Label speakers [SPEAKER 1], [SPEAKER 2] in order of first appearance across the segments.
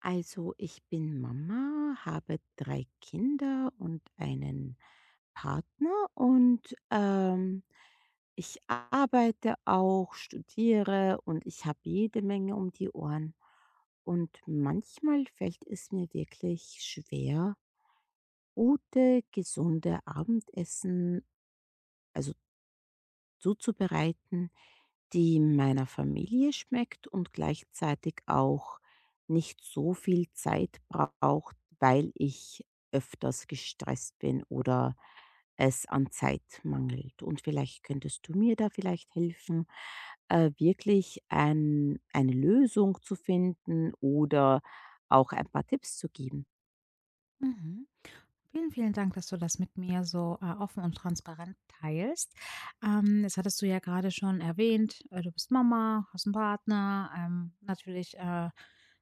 [SPEAKER 1] Also, ich bin Mama, habe 3 Kinder und einen Partner und, ich arbeite auch, studiere und ich habe jede Menge um die Ohren. Und manchmal fällt es mir wirklich schwer, gute, gesunde Abendessen also, zuzubereiten, die meiner Familie schmeckt und gleichzeitig auch nicht so viel Zeit braucht, weil ich öfters gestresst bin oder es an Zeit mangelt. Und vielleicht könntest du mir da vielleicht helfen, wirklich eine Lösung zu finden oder auch ein paar Tipps zu geben.
[SPEAKER 2] Mhm. Vielen, vielen Dank, dass du das mit mir so, offen und transparent teilst. Jetzt hattest du ja gerade schon erwähnt, du bist Mama, hast einen Partner, natürlich,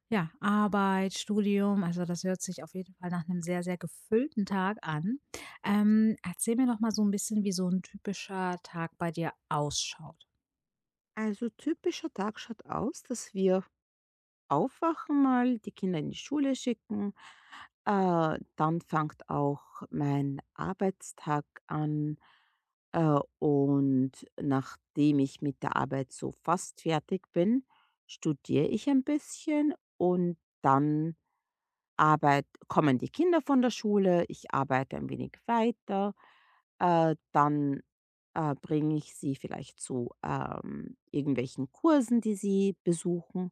[SPEAKER 2] ja, Arbeit, Studium. Also, das hört sich auf jeden Fall nach einem sehr, sehr gefüllten Tag an. Erzähl mir noch mal so ein bisschen, wie so ein typischer Tag bei dir ausschaut.
[SPEAKER 1] Also typischer Tag schaut aus, dass wir Aufwachen mal, die Kinder in die Schule schicken. Dann fängt auch mein Arbeitstag an. Und nachdem ich mit der Arbeit so fast fertig bin, studiere ich ein bisschen und dann Arbeit kommen die Kinder von der Schule, ich arbeite ein wenig weiter, äh, dann, bringe ich sie vielleicht zu, irgendwelchen Kursen, die sie besuchen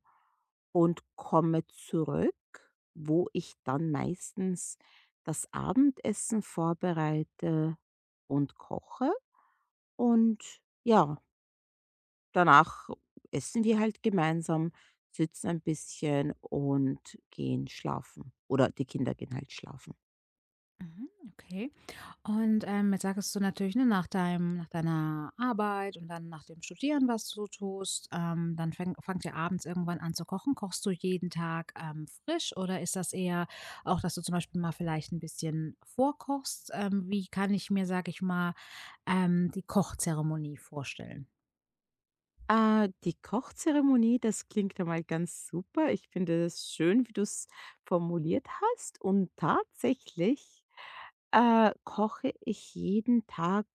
[SPEAKER 1] und komme zurück, wo ich dann meistens das Abendessen vorbereite und koche und ja. Danach essen wir halt gemeinsam, sitzen ein bisschen und gehen schlafen. Oder die Kinder gehen halt schlafen.
[SPEAKER 2] Mhm, okay. Und, jetzt sagtest du natürlich, ne, nach deiner Arbeit und dann nach dem Studieren, was du so tust, dann fäng fangt ihr abends irgendwann an zu kochen. Kochst du jeden Tag, frisch oder ist das eher auch, dass du zum Beispiel mal vielleicht ein bisschen vorkochst? Wie kann ich mir, sag ich mal, die Kochzeremonie vorstellen?
[SPEAKER 1] Die Kochzeremonie, das klingt einmal ganz super. Ich finde es schön, wie du es formuliert hast. Und tatsächlich koche ich jeden Tag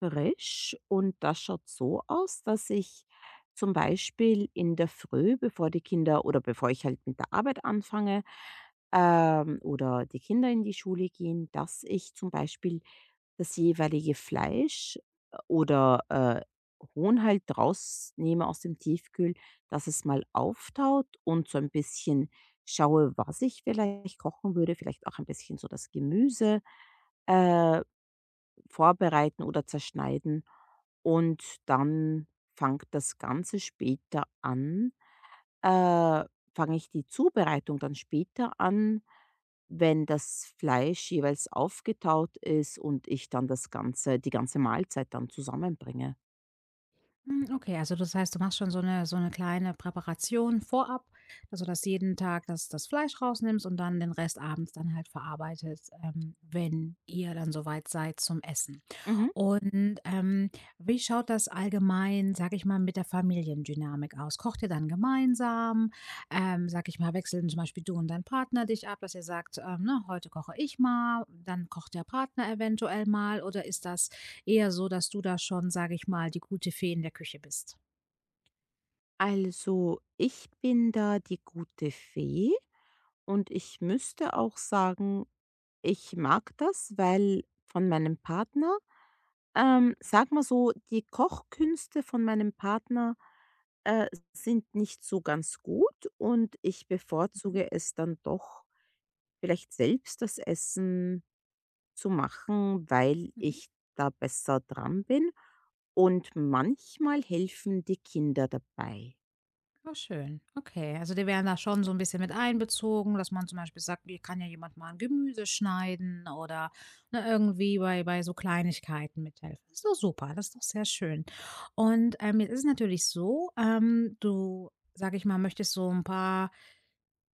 [SPEAKER 1] frisch und das schaut so aus, dass ich zum Beispiel in der Früh, bevor die Kinder oder bevor ich halt mit der Arbeit anfange, oder die Kinder in die Schule gehen, dass ich zum Beispiel das jeweilige Fleisch äh, oder, äh, Huhn halt rausnehme aus dem Tiefkühl, dass es mal auftaut und so ein bisschen schaue, was ich vielleicht kochen würde, vielleicht auch ein bisschen so das Gemüse, äh vorbereiten oder zerschneiden und dann fängt das Ganze später an äh, fange ich die Zubereitung dann später an, wenn das Fleisch jeweils aufgetaut ist und ich dann das ganze die ganze Mahlzeit dann zusammenbringe.
[SPEAKER 2] Hm, okay, also das heißt, du machst schon so eine kleine Präparation vorab, also, dass jeden Tag das Fleisch rausnimmst und dann den Rest abends dann halt verarbeitet, wenn ihr dann soweit seid zum Essen.
[SPEAKER 1] Mhm.
[SPEAKER 2] Und, wie schaut das allgemein, sag ich mal, mit der Familiendynamik aus? Kocht ihr dann gemeinsam? Sage ich mal, wechseln zum Beispiel du und dein Partner dich ab, dass ihr sagt, ne: „Heute koche ich mal“, dann kocht der Partner eventuell mal oder ist das eher so, dass du da schon, sag ich mal, die gute Fee in der Küche bist?
[SPEAKER 1] Also, ich bin da die gute Fee und ich müsste auch sagen, ich mag das, weil von meinem Partner sage mal so, die Kochkünste von meinem Partner, äh, sind nicht so ganz gut und ich
[SPEAKER 2] Mhm,
[SPEAKER 1] bevorzuge es dann doch, vielleicht selbst das Essen zu machen, weil
[SPEAKER 2] mhm.
[SPEAKER 1] ich da besser dran bin. Und manchmal helfen die Kinder dabei.
[SPEAKER 2] Oh, schön. Okay, also die werden da schon so ein bisschen mit einbezogen, dass man zum Beispiel sagt: „Mir kann ja jemand mal 'n Gemüse schneiden“ oder, ne, irgendwie bei so Kleinigkeiten mithelfen. Das ist doch super, das ist doch sehr schön. Und, jetzt ist es natürlich so, du, sage ich mal, möchtest so ein paar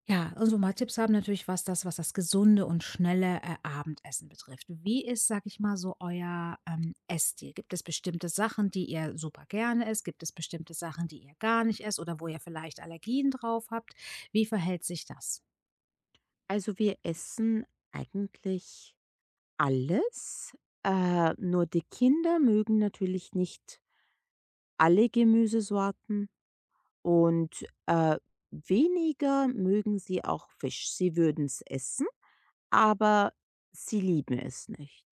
[SPEAKER 2] ja, unsere mal Tipps haben natürlich was das gesunde und schnelle, Abendessen betrifft. Wie ist, sag ich mal, so euer, Essstil? Gibt es bestimmte Sachen, die ihr super gerne esst? Gibt es bestimmte Sachen, die ihr gar nicht esst oder wo ihr vielleicht Allergien drauf habt? Wie verhält sich das?
[SPEAKER 1] Also wir essen eigentlich alles, nur die Kinder mögen natürlich nicht alle Gemüsesorten. Und, weniger mögen sie auch Fisch. Sie würden's essen, aber sie lieben es nicht.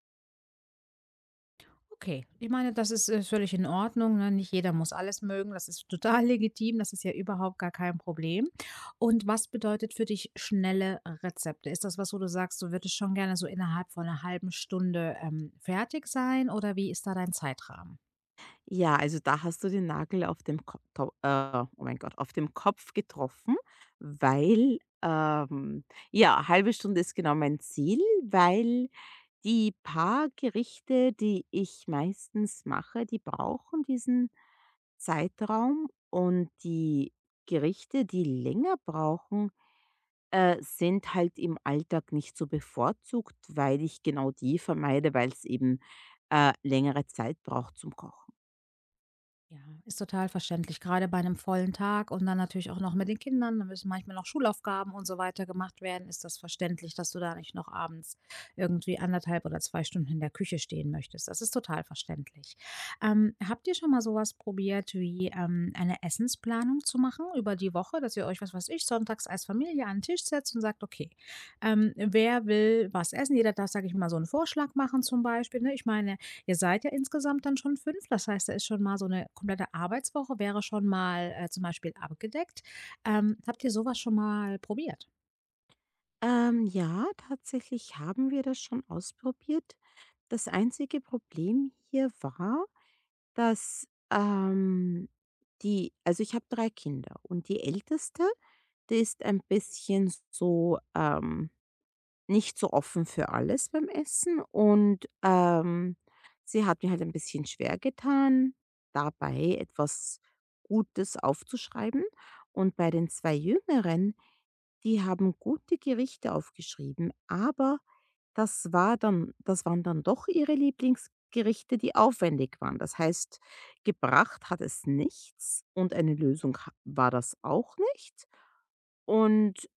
[SPEAKER 2] Okay, ich meine, das ist, völlig in Ordnung, ne? Nicht jeder muss alles mögen. Das ist total legitim. Das ist ja überhaupt gar kein Problem. Und was bedeutet für dich schnelle Rezepte? Ist das was, wo du sagst, du würdest schon gerne so innerhalb von einer halben Stunde, fertig sein oder wie ist da dein Zeitrahmen?
[SPEAKER 1] Ja, also da hast du den Nagel auf dem Ko oh mein Gott, auf dem Kopf getroffen, weil ja, halbe Stunde ist genau mein Ziel, weil die paar Gerichte, die ich meistens mache, die brauchen diesen Zeitraum und die Gerichte, die länger brauchen, sind halt im Alltag nicht so bevorzugt, weil ich genau die vermeide, weil es eben, längere Zeit braucht zum Kochen.
[SPEAKER 2] Ja, ist total verständlich. Gerade bei einem vollen Tag und dann natürlich auch noch mit den Kindern, da müssen manchmal noch Schulaufgaben und so weiter gemacht werden, ist das verständlich, dass du da nicht noch abends irgendwie anderthalb oder 2 Stunden in der Küche stehen möchtest. Das ist total verständlich. Habt ihr schon mal so was probiert wie, eine Essensplanung zu machen über die Woche, dass ihr euch, was weiß ich, sonntags als Familie an den Tisch setzt und sagt: „Okay, wer will was essen?“ Jeder darf, sage ich mal, so einen Vorschlag machen zum Beispiel, ne? Ich meine, ihr seid ja insgesamt dann schon 5. Das heißt, da ist schon mal so eine komplette Arbeitswoche wäre schon mal, zum Beispiel abgedeckt. Habt ihr sowas schon mal probiert?
[SPEAKER 1] Ja, tatsächlich haben wir das schon ausprobiert. Das einzige Problem hier war, dass, die also, ich habe 3 Kinder und die Älteste, die ist ein bisschen so, nicht so offen für alles beim Essen und, sie hat mir halt ein bisschen schwer getan, dabei etwas Gutes aufzuschreiben. Und bei den 2 Jüngeren, die haben gute Gerichte aufgeschrieben, aber das waren dann doch ihre Lieblingsgerichte, die aufwendig waren. Das heißt, gebracht hat es nichts und eine Lösung ha war das auch nicht. Und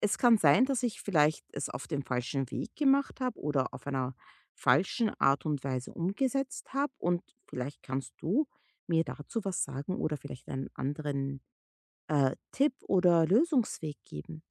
[SPEAKER 1] es kann sein, dass ich vielleicht es auf dem falschen Weg gemacht habe oder auf einer falschen Art und Weise umgesetzt habe und vielleicht kannst du mir dazu was sagen oder vielleicht einen anderen, Tipp oder Lösungsweg geben.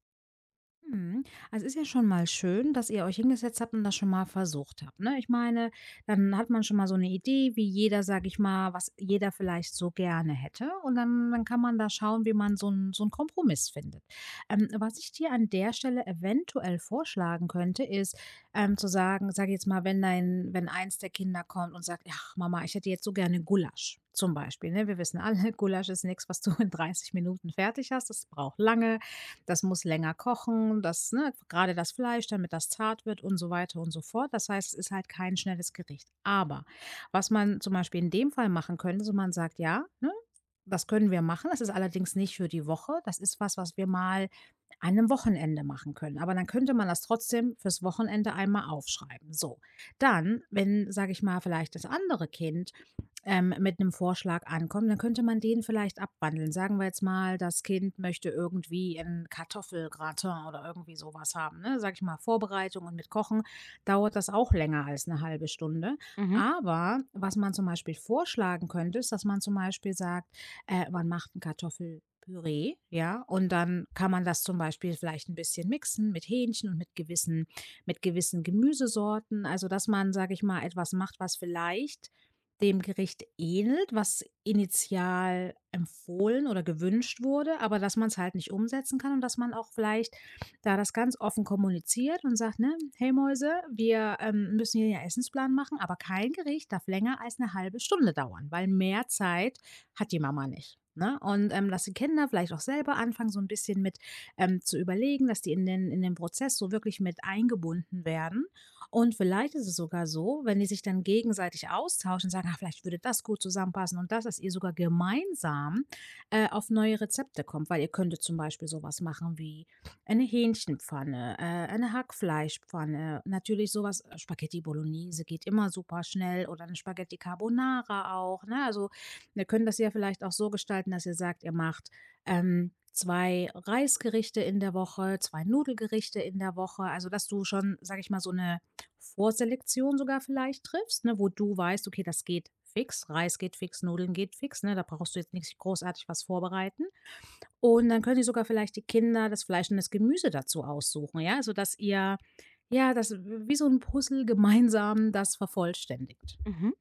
[SPEAKER 2] Mhm. Also, ist ja schon mal schön, dass ihr euch hingesetzt habt und das schon mal versucht habt, ne? Ich meine, dann hat man schon mal so eine Idee, wie jeder, sage ich mal, was jeder vielleicht so gerne hätte, und dann kann man da schauen, wie man so einen so 'n Kompromiss findet. Was ich dir an der Stelle eventuell vorschlagen könnte, ist, zu sagen sage jetzt mal, wenn dein wenn eins der Kinder kommt und sagt: „Ach Mama, ich hätte jetzt so gerne Gulasch“, zum Beispiel, ne? Wir wissen alle, Gulasch ist nichts, was du in 30 Minuten fertig hast. Das braucht lange. Das muss länger kochen, das, ne, grade das Fleisch, damit das zart wird und so weiter und so fort. Das heißt, es ist halt kein schnelles Gericht. Aber was man zum Beispiel in dem Fall machen könnte, so man sagt: „Ja, ne, das können wir machen.“ Das ist allerdings nicht für die Woche. Das ist was, was wir mal an 'nem Wochenende machen können. Aber dann könnte man das trotzdem fürs Wochenende einmal aufschreiben. So, dann, wenn, sage ich mal, vielleicht das andere Kind mit einem Vorschlag ankommen, dann könnte man den vielleicht abwandeln. Sagen wir jetzt mal, das Kind möchte irgendwie ein Kartoffelgratin oder irgendwie so was haben, ne? Sag ich mal, Vorbereitung und mit Kochen dauert das auch länger als eine halbe Stunde.
[SPEAKER 1] Mhm,
[SPEAKER 2] Aber was man zum Beispiel vorschlagen könnte, ist, dass man zum Beispiel sagt, man macht ein Kartoffelpüree, ja, und dann kann man das zum Beispiel vielleicht ein bisschen mixen mit Hähnchen und mit gewissen Gemüsesorten. Also, dass man, sage ich mal, etwas macht, was vielleicht dem Gericht ähnelt, was initial empfohlen oder gewünscht wurde, aber dass man es halt nicht umsetzen kann und dass man auch vielleicht da das ganz offen kommuniziert und sagt, ne: „Hey Mäuse, wir, müssen hier 'nen Essensplan machen, aber kein Gericht darf länger als eine halbe Stunde dauern, weil mehr Zeit hat die Mama nicht“, ne? Und, dass die Kinder vielleicht auch selber anfangen, so ein bisschen mit, zu überlegen, dass die in den Prozess so wirklich mit eingebunden werden. Und vielleicht ist es sogar so, wenn die sich dann gegenseitig austauschen, sagen, ah, vielleicht würde das gut zusammenpassen und das, dass ihr sogar gemeinsam auf neue Rezepte kommt, weil ihr könntet zum Beispiel sowas machen wie eine Hähnchenpfanne, eine Hackfleischpfanne, natürlich sowas, Spaghetti Bolognese geht immer super schnell oder eine Spaghetti Carbonara auch. Ne? Also ihr könnt das ja vielleicht auch so gestalten, dass ihr sagt, ihr macht zwei Reisgerichte in der Woche, zwei Nudelgerichte in der Woche. Also dass du schon, sag ich mal, so eine Vorselektion sogar vielleicht triffst, ne, wo du weißt: „Okay, das geht fix, Reis geht fix, Nudeln geht fix“, ne? Da brauchst du jetzt nicht großartig was vorbereiten. Und dann können die sogar vielleicht die Kinder das Fleisch und das Gemüse dazu aussuchen, ja, sodass ihr ja, das wie so ein Puzzle gemeinsam das vervollständigt.
[SPEAKER 1] mhm.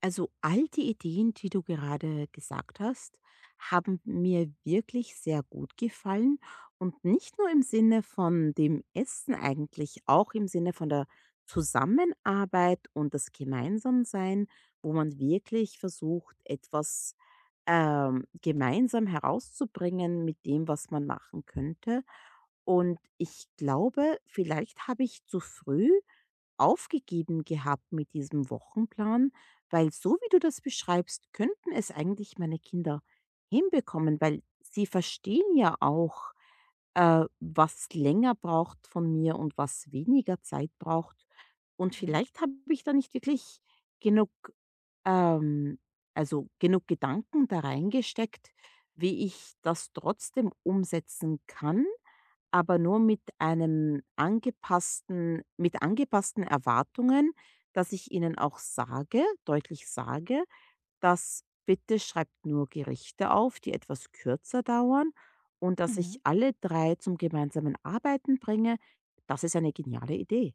[SPEAKER 1] Also all die Ideen, die du gerade gesagt hast, haben mir wirklich sehr gut gefallen und nicht nur im Sinne von dem Essen eigentlich, auch im Sinne von der Zusammenarbeit und das Gemeinsamsein, wo man wirklich versucht, etwas gemeinsam herauszubringen mit dem, was man machen könnte. Und ich glaube, vielleicht habe ich zu früh aufgegeben gehabt mit diesem Wochenplan, weil so wie du das beschreibst, könnten es eigentlich meine Kinder hinbekommen, weil sie verstehen ja auch, was länger braucht von mir und was weniger Zeit braucht. Und
[SPEAKER 2] Mhm,
[SPEAKER 1] vielleicht habe ich da nicht wirklich genug, ähm, also genug Gedanken da reingesteckt, wie ich das trotzdem umsetzen kann, aber nur mit angepassten Erwartungen, dass ich ihnen auch sage deutlich sage: dass: „Bitte schreibt nur Gerichte auf, die etwas kürzer dauern“, und dass
[SPEAKER 2] mhm.
[SPEAKER 1] ich alle 3 zum gemeinsamen Arbeiten bringe. Das ist eine geniale Idee.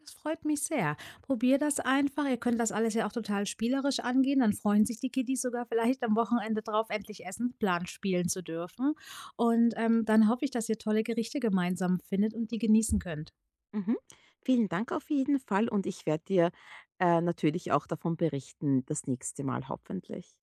[SPEAKER 2] Das freut mich sehr. Probier das einfach. Ihr könnt das alles ja auch total spielerisch angehen. Dann freuen sich die Kiddies sogar vielleicht am Wochenende drauf, endlich Essensplan spielen zu dürfen. Und dann hoffe ich, dass ihr tolle Gerichte gemeinsam findet und die genießen könnt.
[SPEAKER 1] Mhm. Vielen Dank auf jeden Fall und ich werde dir natürlich auch davon berichten, das nächste Mal hoffentlich.